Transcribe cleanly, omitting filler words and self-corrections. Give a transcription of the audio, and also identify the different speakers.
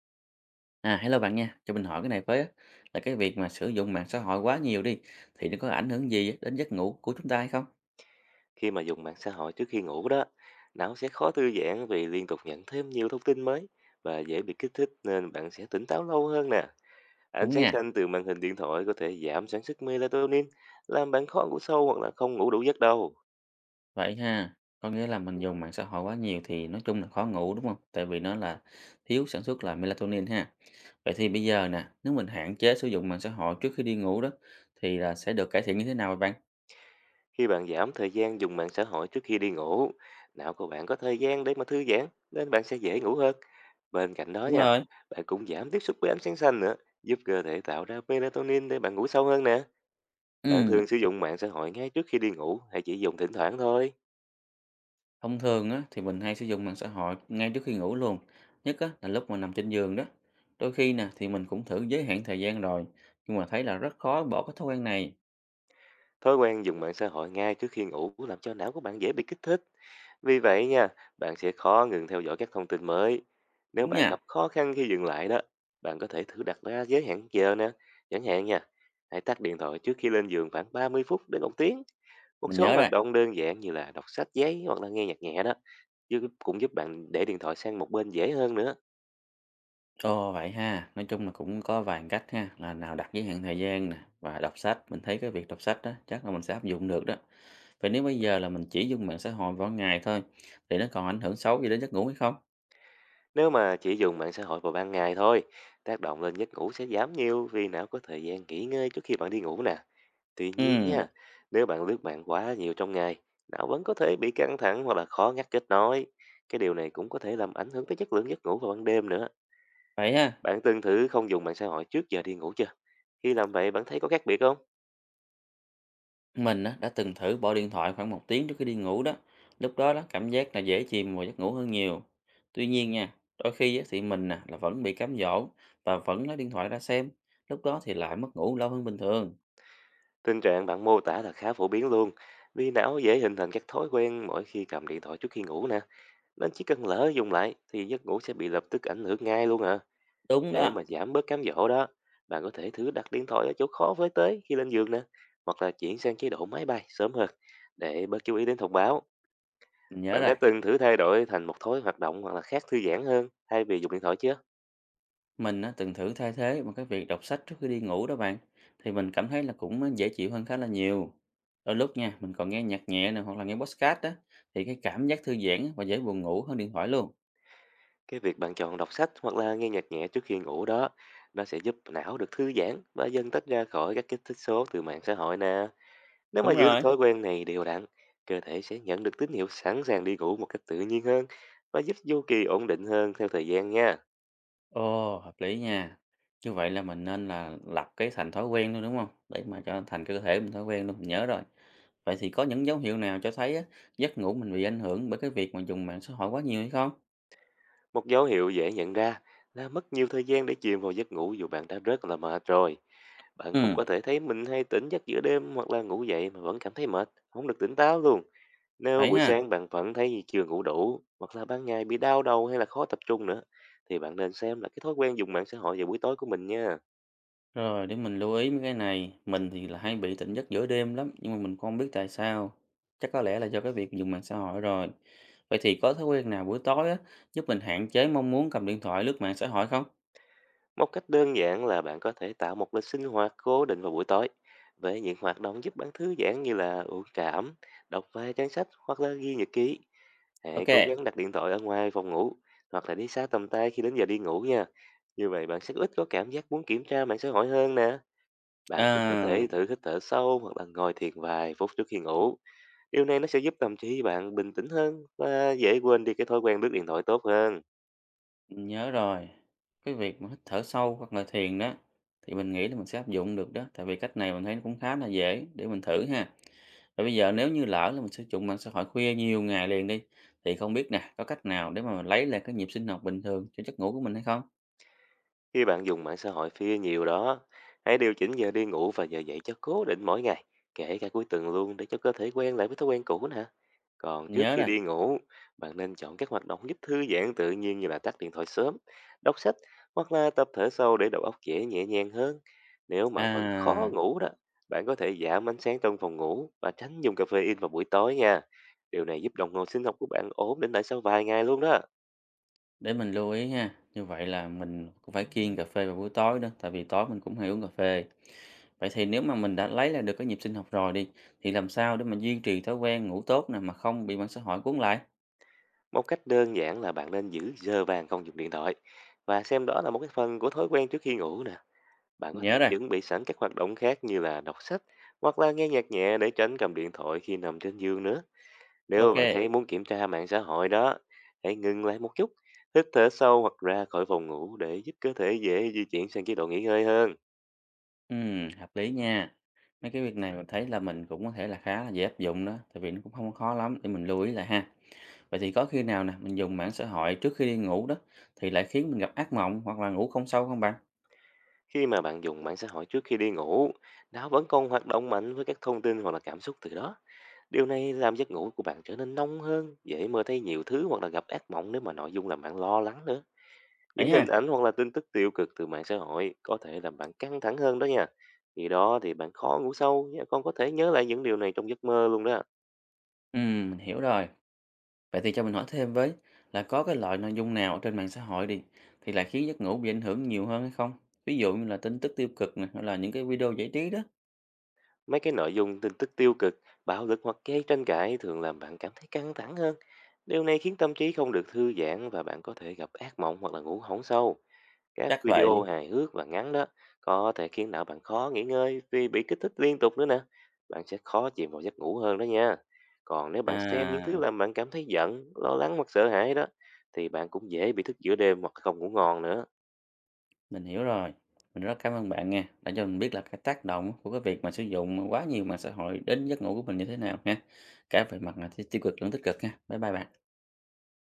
Speaker 1: À, hello bạn nha, cho mình hỏi cái này với á, là cái việc mà sử dụng mạng xã hội quá nhiều đi thì nó có ảnh hưởng gì á đến giấc ngủ của chúng ta hay không?
Speaker 2: Khi mà dùng mạng xã hội trước khi ngủ đó, não sẽ khó thư giãn vì liên tục nhận thêm nhiều thông tin mới và dễ bị kích thích nên bạn sẽ tỉnh táo lâu hơn nè. Ánh
Speaker 1: Đúng
Speaker 2: sáng
Speaker 1: nha,
Speaker 2: xanh từ màn hình điện thoại có thể giảm sản xuất melatonin, làm bạn khó ngủ sâu hoặc là không ngủ đủ giấc đâu.
Speaker 1: vậy ha, có nghĩa là mình dùng mạng xã hội quá nhiều thì nói chung là khó ngủ đúng không? Tại vì nó là thiếu sản xuất là melatonin ha. Vậy thì bây giờ nè, nếu mình hạn chế sử dụng mạng xã hội trước khi đi ngủ đó thì là sẽ được cải thiện như thế nào vậy bạn?
Speaker 2: Khi bạn giảm thời gian dùng mạng xã hội trước khi đi ngủ, não của bạn có thời gian để mà thư giãn nên bạn sẽ dễ ngủ hơn. Bên cạnh đó
Speaker 1: Đúng
Speaker 2: nha,
Speaker 1: rồi.
Speaker 2: bạn cũng giảm tiếp xúc với ánh sáng xanh nữa, giúp cơ thể tạo ra melatonin để bạn ngủ sâu hơn nè. Bạn
Speaker 1: Ừ.
Speaker 2: thường sử dụng mạng xã hội ngay trước khi đi ngủ hay chỉ dùng thỉnh thoảng thôi?
Speaker 1: Thông thường á, thì mình hay sử dụng mạng xã hội ngay trước khi ngủ luôn, nhất á, là lúc mà nằm trên giường đó. Đôi khi nè thì mình cũng thử giới hạn thời gian rồi, nhưng mà thấy là rất khó bỏ cái thói quen này.
Speaker 2: Thói quen dùng mạng xã hội ngay trước khi ngủ làm cho não của bạn dễ bị kích thích. Vì vậy nha, bạn sẽ khó ngừng theo dõi các thông tin mới. Nếu
Speaker 1: Đúng
Speaker 2: bạn
Speaker 1: nha,
Speaker 2: gặp khó khăn khi dừng lại đó, bạn có thể thử đặt ra giới hạn giờ nè. Chẳng hạn nha, hãy tắt điện thoại trước khi lên giường khoảng 30 phút đến một tiếng. Một
Speaker 1: mình
Speaker 2: số
Speaker 1: nhớ rồi.
Speaker 2: hoạt động đơn giản như là đọc sách giấy hoặc là nghe nhạc nhẹ đó, cũng giúp bạn để điện thoại sang một bên dễ hơn nữa.
Speaker 1: Ồ vậy ha, nói chung là cũng có vài cách ha, là nào đặt giới hạn thời gian nè và đọc sách. Mình thấy cái việc đọc sách đó chắc là mình sẽ áp dụng được đó. Vậy nếu bây giờ là mình chỉ dùng mạng xã hội vào ngày thôi, thì nó còn ảnh hưởng xấu gì đến giấc ngủ hay không?
Speaker 2: Nếu mà chỉ dùng mạng xã hội vào ban ngày thôi, tác động lên giấc ngủ sẽ giảm nhiều vì não có thời gian nghỉ ngơi trước khi bạn đi ngủ nè. Tuy nhiên
Speaker 1: Ừ,
Speaker 2: nha, nếu bạn lướt mạng quá nhiều trong ngày, não vẫn có thể bị căng thẳng hoặc là khó ngắt kết nối. Cái điều này cũng có thể làm ảnh hưởng tới chất lượng giấc ngủ vào ban đêm nữa.
Speaker 1: vậy ha.
Speaker 2: Bạn từng thử không dùng mạng xã hội trước giờ đi ngủ chưa? Khi làm vậy bạn thấy có khác biệt không?
Speaker 1: Mình á, đã từng thử bỏ điện thoại khoảng một tiếng trước khi đi ngủ đó. Lúc đó đó cảm giác là dễ chìm vào giấc ngủ hơn nhiều. Tuy nhiên nha, đôi khi á, thì mình nè là vẫn bị cám dỗ và vẫn lấy điện thoại ra xem. Lúc đó thì lại mất ngủ lâu hơn bình thường.
Speaker 2: Tình trạng bạn mô tả là khá phổ biến luôn, vì não dễ hình thành các thói quen mỗi khi cầm điện thoại trước khi ngủ nè. Nên chỉ cần lỡ dùng lại thì giấc ngủ sẽ bị lập tức ảnh hưởng ngay luôn à.
Speaker 1: Đúng
Speaker 2: Để
Speaker 1: đó,
Speaker 2: mà giảm bớt cám dỗ đó, bạn có thể thử đặt điện thoại ở chỗ khó với tới khi lên giường nè, hoặc là chuyển sang chế độ máy bay sớm hơn để bớt chú ý đến thông báo.
Speaker 1: mình nhớ
Speaker 2: Bạn
Speaker 1: rồi.
Speaker 2: đã từng thử thay đổi thành một thói hoạt động hoặc là khác thư giãn hơn thay vì dùng điện thoại chưa?
Speaker 1: Mình á, từng thử thay thế bằng cái việc đọc sách trước khi đi ngủ đó bạn. Thì mình cảm thấy là cũng á, dễ chịu hơn khá là nhiều. Đôi lúc nha, mình còn nghe nhạc nhẹ nè hoặc là nghe podcast đó. Thì cái cảm giác thư giãn và dễ buồn ngủ hơn điện thoại luôn.
Speaker 2: Cái việc bạn chọn đọc sách hoặc là nghe nhạc nhẹ trước khi ngủ đó, nó sẽ giúp não được thư giãn và dần tách ra khỏi các kích thích số từ mạng xã hội nè. Nếu mà
Speaker 1: Đúng
Speaker 2: giữ được
Speaker 1: rồi.
Speaker 2: thói quen này đều đặn, cơ thể sẽ nhận được tín hiệu sẵn sàng đi ngủ một cách tự nhiên hơn và giúp chu kỳ ổn định hơn theo thời gian nha.
Speaker 1: Ồ, hợp lý nha. Như vậy là mình nên là lập cái thành thói quen luôn, đúng không? Để mà cho thành cái cơ thể mình thói quen luôn, mình nhớ rồi. Vậy thì có những dấu hiệu nào cho thấy á, giấc ngủ mình bị ảnh hưởng bởi cái việc mà dùng mạng xã hội quá nhiều hay không?
Speaker 2: Một dấu hiệu dễ nhận ra là mất nhiều thời gian để chìm vào giấc ngủ dù bạn đã rất là mệt rồi. Bạn cũng
Speaker 1: Ừm,
Speaker 2: có thể thấy mình hay tỉnh giấc giữa đêm hoặc là ngủ dậy mà vẫn cảm thấy mệt, không được tỉnh táo luôn. Nếu
Speaker 1: phải
Speaker 2: buổi
Speaker 1: ha.
Speaker 2: sáng bạn vẫn thấy chưa ngủ đủ hoặc là ban ngày bị đau đầu hay là khó tập trung nữa thì bạn nên xem là cái thói quen dùng mạng xã hội vào buổi tối của mình nha.
Speaker 1: Rồi để mình lưu ý mấy cái này. Mình thì là hay bị tỉnh giấc giữa đêm lắm, nhưng mà mình không biết tại sao. Chắc có lẽ là do cái việc dùng mạng xã hội rồi. Vậy thì có thói quen nào buổi tối á, giúp mình hạn chế mong muốn cầm điện thoại lướt mạng xã hội không?
Speaker 2: Một cách đơn giản là bạn có thể tạo một lịch sinh hoạt cố định vào buổi tối với những hoạt động giúp bạn thư giãn như là uống cảm, đọc vài trang sách hoặc là ghi nhật ký. Hãy
Speaker 1: Ok.
Speaker 2: cố gắng đặt điện thoại ở ngoài phòng ngủ hoặc là đi xa tầm tay khi đến giờ đi ngủ nha. Như vậy bạn sẽ ít có cảm giác muốn kiểm tra mạng xã hội hơn nè. Bạn cũng có
Speaker 1: À.
Speaker 2: thể thử hít thở sâu hoặc là ngồi thiền vài phút trước khi ngủ. Điều này nó sẽ giúp tâm trí bạn bình tĩnh hơn và dễ quên đi cái thói quen lướt điện thoại tốt hơn.
Speaker 1: Mình nhớ rồi. Cái việc mà hít thở sâu hoặc là thiền đó thì mình nghĩ là mình sẽ áp dụng được đó, tại vì cách này mình thấy nó cũng khá là dễ để mình thử ha. Và bây giờ nếu như lỡ là mình sử dụng mạng xã hội khuya nhiều ngày liền đi thì không biết nè, có cách nào để mà mình lấy lại cái nhịp sinh học bình thường cho giấc ngủ của mình hay không?
Speaker 2: Khi bạn dùng mạng xã hội phía nhiều đó, hãy điều chỉnh giờ đi ngủ và giờ dậy cho cố định mỗi ngày, kể cả cuối tuần luôn để cho cơ thể quen lại với thói quen cũ nè. Còn
Speaker 1: Mình
Speaker 2: trước
Speaker 1: nhớ
Speaker 2: khi
Speaker 1: rồi.
Speaker 2: đi ngủ, bạn nên chọn các hoạt động giúp thư giãn tự nhiên như là tắt điện thoại sớm, đọc sách hoặc là tập thở sâu để đầu óc dễ nhẹ nhàng hơn. Nếu mà vẫn khó
Speaker 1: À,
Speaker 2: ngủ đó, bạn có thể giảm ánh sáng trong phòng ngủ và tránh dùng cà phê in vào buổi tối nha. Điều này giúp đồng hồ sinh học của bạn ổn định lại sau vài ngày luôn đó.
Speaker 1: để mình lưu ý ha. Như vậy là mình cũng phải kiêng cà phê vào buổi tối đó, tại vì tối mình cũng hay uống cà phê. Vậy thì nếu mà mình đã lấy lại được cái nhịp sinh học rồi đi thì làm sao để mình duy trì thói quen ngủ tốt nè mà không bị mạng xã hội cuốn lại?
Speaker 2: Một cách đơn giản là bạn nên giữ giờ vàng không dùng điện thoại và xem đó là một cái phần của thói quen trước khi ngủ nè. Bạn có
Speaker 1: Mình nhớ
Speaker 2: thể
Speaker 1: rồi,
Speaker 2: chuẩn bị sẵn các hoạt động khác như là đọc sách hoặc là nghe nhạc nhẹ để tránh cầm điện thoại khi nằm trên giường nữa. Nếu bạn
Speaker 1: ok.
Speaker 2: thấy muốn kiểm tra mạng xã hội đó, hãy ngừng lại một chút, hít thở sâu hoặc ra khỏi phòng ngủ để giúp cơ thể dễ di chuyển sang chế độ nghỉ ngơi hơn.
Speaker 1: Ừm, hợp lý nha. Mấy cái việc này mình thấy là mình cũng có thể là khá là dễ áp dụng đó, tại vì nó cũng không có khó lắm, để mình lưu ý lại ha. Vậy thì có khi nào nè, mình dùng mạng xã hội trước khi đi ngủ đó, thì lại khiến mình gặp ác mộng hoặc là ngủ không sâu không bạn?
Speaker 2: Khi mà bạn dùng mạng xã hội trước khi đi ngủ, nó vẫn còn hoạt động mạnh với các thông tin hoặc là cảm xúc từ đó. Điều này làm giấc ngủ của bạn trở nên nông hơn, dễ mơ thấy nhiều thứ hoặc là gặp ác mộng nếu mà nội dung làm bạn lo lắng nữa.
Speaker 1: Vậy
Speaker 2: Những hình
Speaker 1: ha?
Speaker 2: ảnh hoặc là tin tức tiêu cực từ mạng xã hội có thể làm bạn căng thẳng hơn đó nha. Khi đó thì bạn khó ngủ sâu, nha, còn có thể nhớ lại những điều này trong giấc mơ luôn đó.
Speaker 1: Mình hiểu rồi. Vậy thì cho mình hỏi thêm với là có cái loại nội dung nào ở trên mạng xã hội đi, thì lại khiến giấc ngủ bị ảnh hưởng nhiều hơn hay không? Ví dụ như là tin tức tiêu cực này hay là những cái video giải trí đó?
Speaker 2: Mấy cái nội dung tin tức tiêu cực, bạo lực hoặc gây tranh cãi thường làm bạn cảm thấy căng thẳng hơn. Điều này khiến tâm trí không được thư giãn và bạn có thể gặp ác mộng hoặc là ngủ hỏng sâu. Các
Speaker 1: Chắc
Speaker 2: video
Speaker 1: vậy.
Speaker 2: hài hước và ngắn đó có thể khiến não bạn khó nghỉ ngơi vì bị kích thích liên tục nữa nè. Bạn sẽ khó chìm vào giấc ngủ hơn đó nha. Còn nếu bạn xem những thứ
Speaker 1: À.
Speaker 2: làm bạn cảm thấy giận, lo lắng hoặc sợ hãi đó thì bạn cũng dễ bị thức giữa đêm hoặc không ngủ ngon nữa.
Speaker 1: Mình hiểu rồi. Mình rất cảm ơn bạn nha, đã cho mình biết là cái tác động của cái việc mà sử dụng quá nhiều mạng xã hội đến giấc ngủ của mình như thế nào ha. Cả về mặt là tiêu cực lẫn tích cực nha. Bye bye bạn.